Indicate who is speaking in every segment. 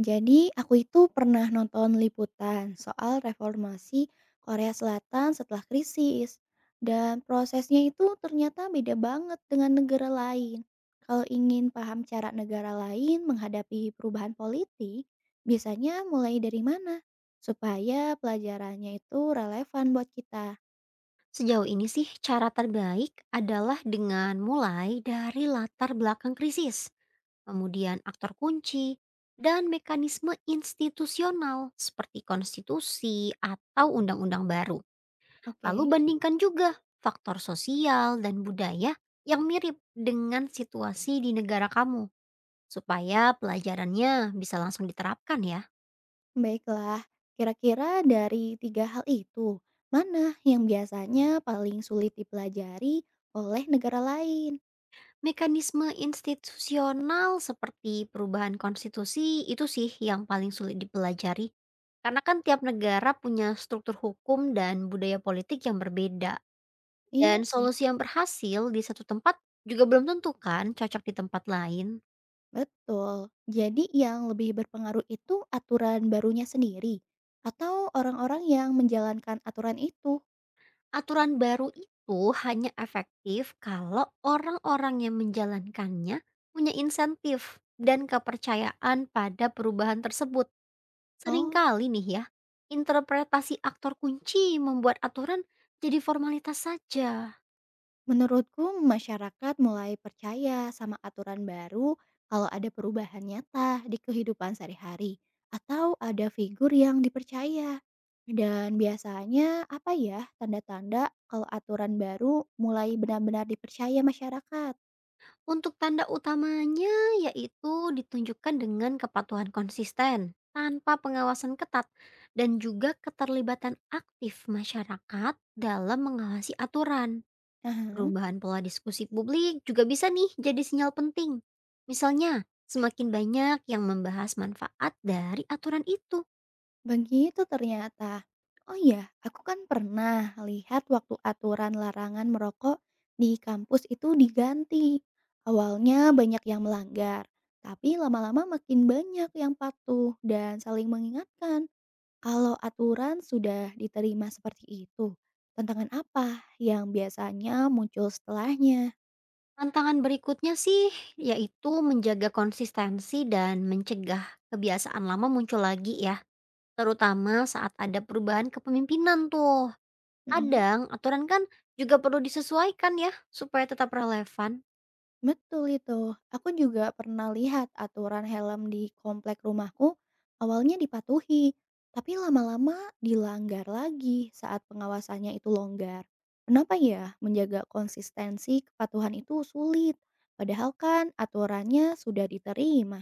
Speaker 1: Jadi aku itu pernah nonton liputan soal reformasi Korea Selatan setelah krisis dan prosesnya itu ternyata beda banget dengan negara lain. Kalau ingin paham cara negara lain menghadapi perubahan politik, biasanya mulai dari mana supaya pelajarannya itu relevan buat kita.
Speaker 2: Sejauh ini sih cara terbaik adalah dengan mulai dari latar belakang krisis, kemudian aktor kunci, dan mekanisme institusional seperti konstitusi atau undang-undang baru. Lalu
Speaker 1: Oke,
Speaker 2: bandingkan juga faktor sosial dan budaya yang mirip dengan situasi di negara kamu supaya pelajarannya bisa langsung diterapkan ya.
Speaker 1: baiklah. Kira-kira dari tiga hal itu, mana yang biasanya paling sulit dipelajari oleh negara lain?
Speaker 2: Mekanisme institusional seperti perubahan konstitusi itu sih yang paling sulit dipelajari. Karena kan tiap negara punya struktur hukum dan budaya politik yang berbeda.
Speaker 1: Iya
Speaker 2: Dan
Speaker 1: sih,
Speaker 2: solusi yang berhasil di satu tempat juga belum tentu kan cocok di tempat lain.
Speaker 1: betul. Jadi yang lebih berpengaruh itu aturan barunya sendiri atau orang-orang yang menjalankan aturan itu?
Speaker 2: Aturan baru itu hanya efektif kalau orang-orang yang menjalankannya punya insentif dan kepercayaan pada perubahan tersebut.
Speaker 1: Oh,
Speaker 2: Seringkali nih ya, interpretasi aktor kunci membuat aturan jadi formalitas saja.
Speaker 1: menurutku masyarakat mulai percaya sama aturan baru kalau ada perubahan nyata di kehidupan sehari-hari atau ada figur yang dipercaya. Dan biasanya apa ya tanda-tanda kalau aturan baru mulai benar-benar dipercaya masyarakat?
Speaker 2: Untuk tanda utamanya yaitu ditunjukkan dengan kepatuhan konsisten, tanpa pengawasan ketat, dan juga keterlibatan aktif masyarakat dalam mengawasi aturan.
Speaker 1: Aha.
Speaker 2: Perubahan pola diskusi publik juga bisa nih jadi sinyal penting. Misalnya, semakin banyak yang membahas manfaat dari aturan itu.
Speaker 1: Begitu ternyata. Oh iya, aku kan pernah lihat waktu aturan larangan merokok di kampus itu diganti. Awalnya banyak yang melanggar, tapi lama-lama makin banyak yang patuh dan saling mengingatkan. Kalau aturan sudah diterima seperti itu, tantangan apa yang biasanya muncul setelahnya?
Speaker 2: Tantangan berikutnya sih, yaitu menjaga konsistensi dan mencegah kebiasaan lama muncul lagi ya, terutama saat ada perubahan kepemimpinan tuh.
Speaker 1: Mm-mm.
Speaker 2: Kadang aturan kan juga perlu disesuaikan ya supaya tetap relevan.
Speaker 1: Betul itu. Aku juga pernah lihat aturan helm di komplek rumahku awalnya dipatuhi, tapi lama-lama dilanggar lagi saat pengawasannya itu longgar. Kenapa ya menjaga konsistensi kepatuhan itu sulit? Padahal kan aturannya sudah diterima.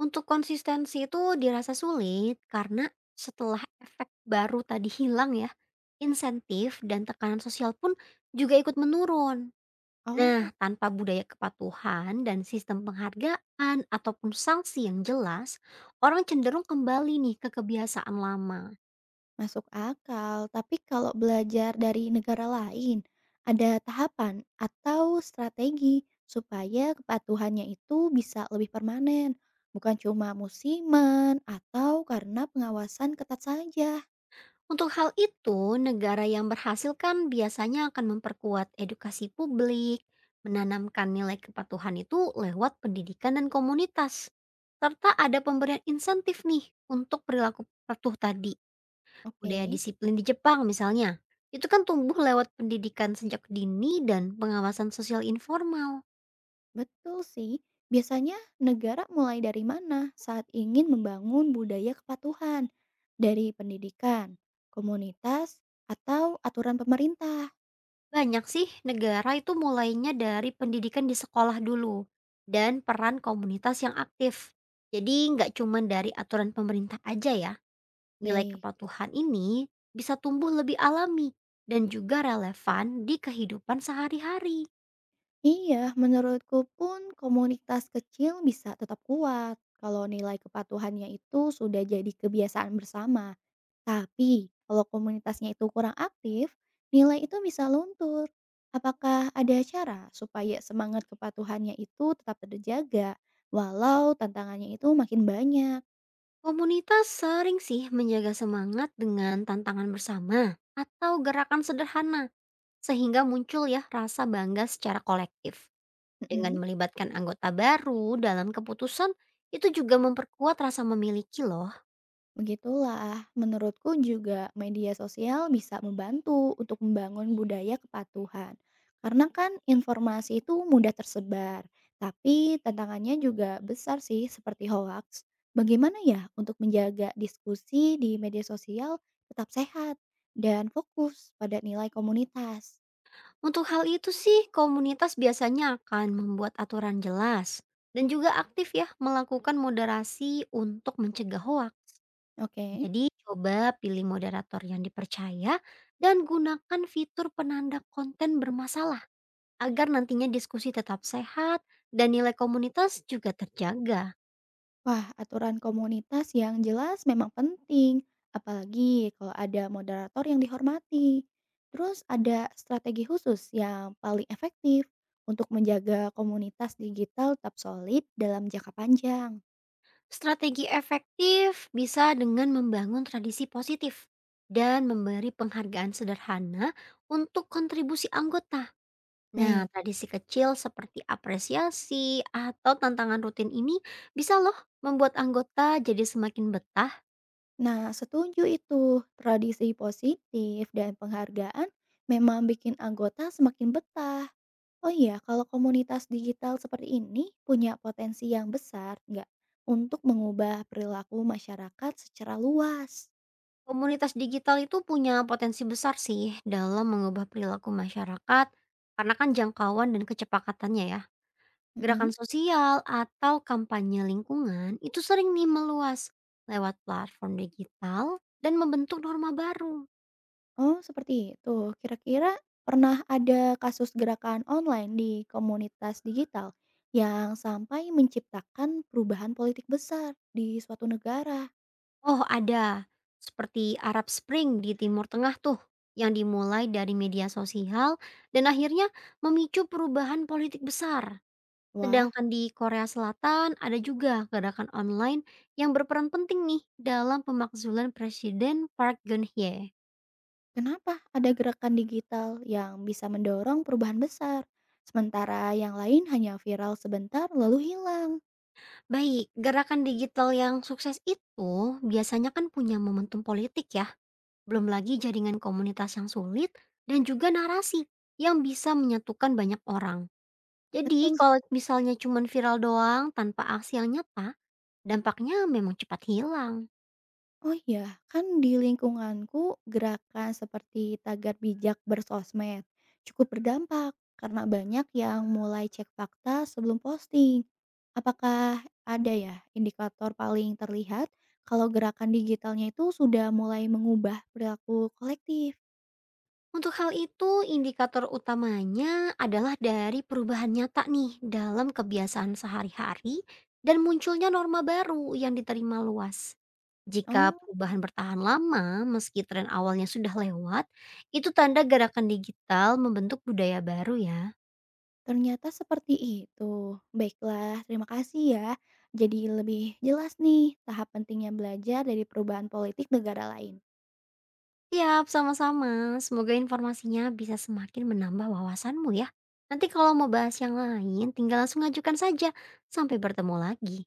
Speaker 2: Untuk konsistensi itu dirasa sulit karena setelah efek baru tadi hilang ya, insentif dan tekanan sosial pun juga ikut menurun.
Speaker 1: Oh,
Speaker 2: Nah, tanpa budaya kepatuhan dan sistem penghargaan ataupun sanksi yang jelas, orang cenderung kembali nih ke kebiasaan lama.
Speaker 1: masuk akal, tapi kalau belajar dari negara lain, ada tahapan atau strategi supaya kepatuhannya itu bisa lebih permanen, bukan cuma musiman atau karena pengawasan ketat saja.
Speaker 2: Untuk hal itu, negara yang berhasil kan biasanya akan memperkuat edukasi publik, menanamkan nilai kepatuhan itu lewat pendidikan dan komunitas, serta ada pemberian insentif nih untuk perilaku patuh tadi. Budaya
Speaker 1: Oke,
Speaker 2: disiplin di Jepang misalnya, itu kan tumbuh lewat pendidikan sejak dini dan pengawasan sosial informal.
Speaker 1: betul sih. Biasanya negara mulai dari mana saat ingin membangun budaya kepatuhan? Dari pendidikan, komunitas, atau aturan pemerintah?
Speaker 2: Banyak sih negara itu mulainya dari pendidikan di sekolah dulu dan peran komunitas yang aktif. Jadi nggak cuma dari aturan pemerintah aja ya, nilai
Speaker 1: Baik.
Speaker 2: kepatuhan ini bisa tumbuh lebih alami dan juga relevan di kehidupan sehari-hari.
Speaker 1: Iya, menurutku pun komunitas kecil bisa tetap kuat kalau nilai kepatuhannya itu sudah jadi kebiasaan bersama. Tapi kalau komunitasnya itu kurang aktif, nilai itu bisa luntur. Apakah ada cara supaya semangat kepatuhannya itu tetap terjaga walau tantangannya itu makin banyak?
Speaker 2: Komunitas sering sih menjaga semangat dengan tantangan bersama atau gerakan sederhana sehingga muncul ya rasa bangga secara kolektif. Dengan
Speaker 1: Mm-mm.
Speaker 2: melibatkan anggota baru dalam keputusan, itu juga memperkuat rasa memiliki loh.
Speaker 1: Begitulah, menurutku juga media sosial bisa membantu untuk membangun budaya kepatuhan. Karena kan informasi itu mudah tersebar, tapi tantangannya juga besar sih seperti hoax. Bagaimana ya untuk menjaga diskusi di media sosial tetap sehat dan fokus pada nilai komunitas?
Speaker 2: Untuk hal itu sih, komunitas biasanya akan membuat aturan jelas dan juga aktif ya melakukan moderasi untuk mencegah hoak.
Speaker 1: Oke.
Speaker 2: Jadi coba pilih moderator yang dipercaya dan gunakan fitur penanda konten bermasalah agar nantinya diskusi tetap sehat dan nilai komunitas juga terjaga.
Speaker 1: Wah, aturan komunitas yang jelas memang penting, apalagi kalau ada moderator yang dihormati. Terus ada strategi khusus yang paling efektif untuk menjaga komunitas digital tetap solid dalam jangka panjang.
Speaker 2: Strategi efektif bisa dengan membangun tradisi positif dan memberi penghargaan sederhana untuk kontribusi anggota. Nah,
Speaker 1: Baik,
Speaker 2: tradisi kecil seperti apresiasi atau tantangan rutin ini bisa loh membuat anggota jadi semakin betah.
Speaker 1: nah setuju itu. Tradisi positif dan penghargaan memang bikin anggota semakin betah. Oh iya, kalau komunitas digital seperti ini punya potensi yang besar nggak untuk mengubah perilaku masyarakat secara luas?
Speaker 2: Komunitas digital itu punya potensi besar sih dalam mengubah perilaku masyarakat karena kan jangkauan dan kecepatannya ya.
Speaker 1: Mhm.
Speaker 2: Gerakan sosial atau kampanye lingkungan itu sering nih meluas lewat platform digital dan membentuk norma baru.
Speaker 1: Oh seperti itu. Kira-kira pernah ada kasus gerakan online di komunitas digital yang sampai menciptakan perubahan politik besar di suatu negara?
Speaker 2: Oh ada, seperti Arab Spring di Timur Tengah tuh, yang dimulai dari media sosial dan akhirnya memicu perubahan politik besar.
Speaker 1: Wah,
Speaker 2: Sedangkan di Korea Selatan ada juga gerakan online yang berperan penting nih dalam pemakzulan Presiden Park Geun-hye.
Speaker 1: kenapa ada gerakan digital yang bisa mendorong perubahan besar, sementara yang lain hanya viral sebentar lalu hilang?
Speaker 2: Baik, gerakan digital yang sukses itu biasanya kan punya momentum politik ya, belum lagi jaringan komunitas yang sulit dan juga narasi yang bisa menyatukan banyak orang. Jadi
Speaker 1: Betul.
Speaker 2: kalau misalnya cuman viral doang tanpa aksi yang nyata, dampaknya memang cepat hilang.
Speaker 1: Oh iya, kan di lingkunganku gerakan seperti tagar bijak bersosmed cukup berdampak karena banyak yang mulai cek fakta sebelum posting. Apakah ada ya indikator paling terlihat kalau gerakan digitalnya itu sudah mulai mengubah perilaku kolektif?
Speaker 2: Untuk hal itu, indikator utamanya adalah dari perubahan nyata nih dalam kebiasaan sehari-hari dan munculnya norma baru yang diterima luas. Jika
Speaker 1: Oh,
Speaker 2: perubahan bertahan lama, meski tren awalnya sudah lewat, itu tanda gerakan digital membentuk budaya baru ya.
Speaker 1: ternyata seperti itu. Baiklah, terima kasih ya. Jadi lebih jelas nih tahap pentingnya belajar dari perubahan politik negara lain.
Speaker 2: Siap, sama-sama. Semoga informasinya bisa semakin menambah wawasanmu ya. Nanti kalau mau bahas yang lain, tinggal langsung ajukan saja. Sampai bertemu lagi.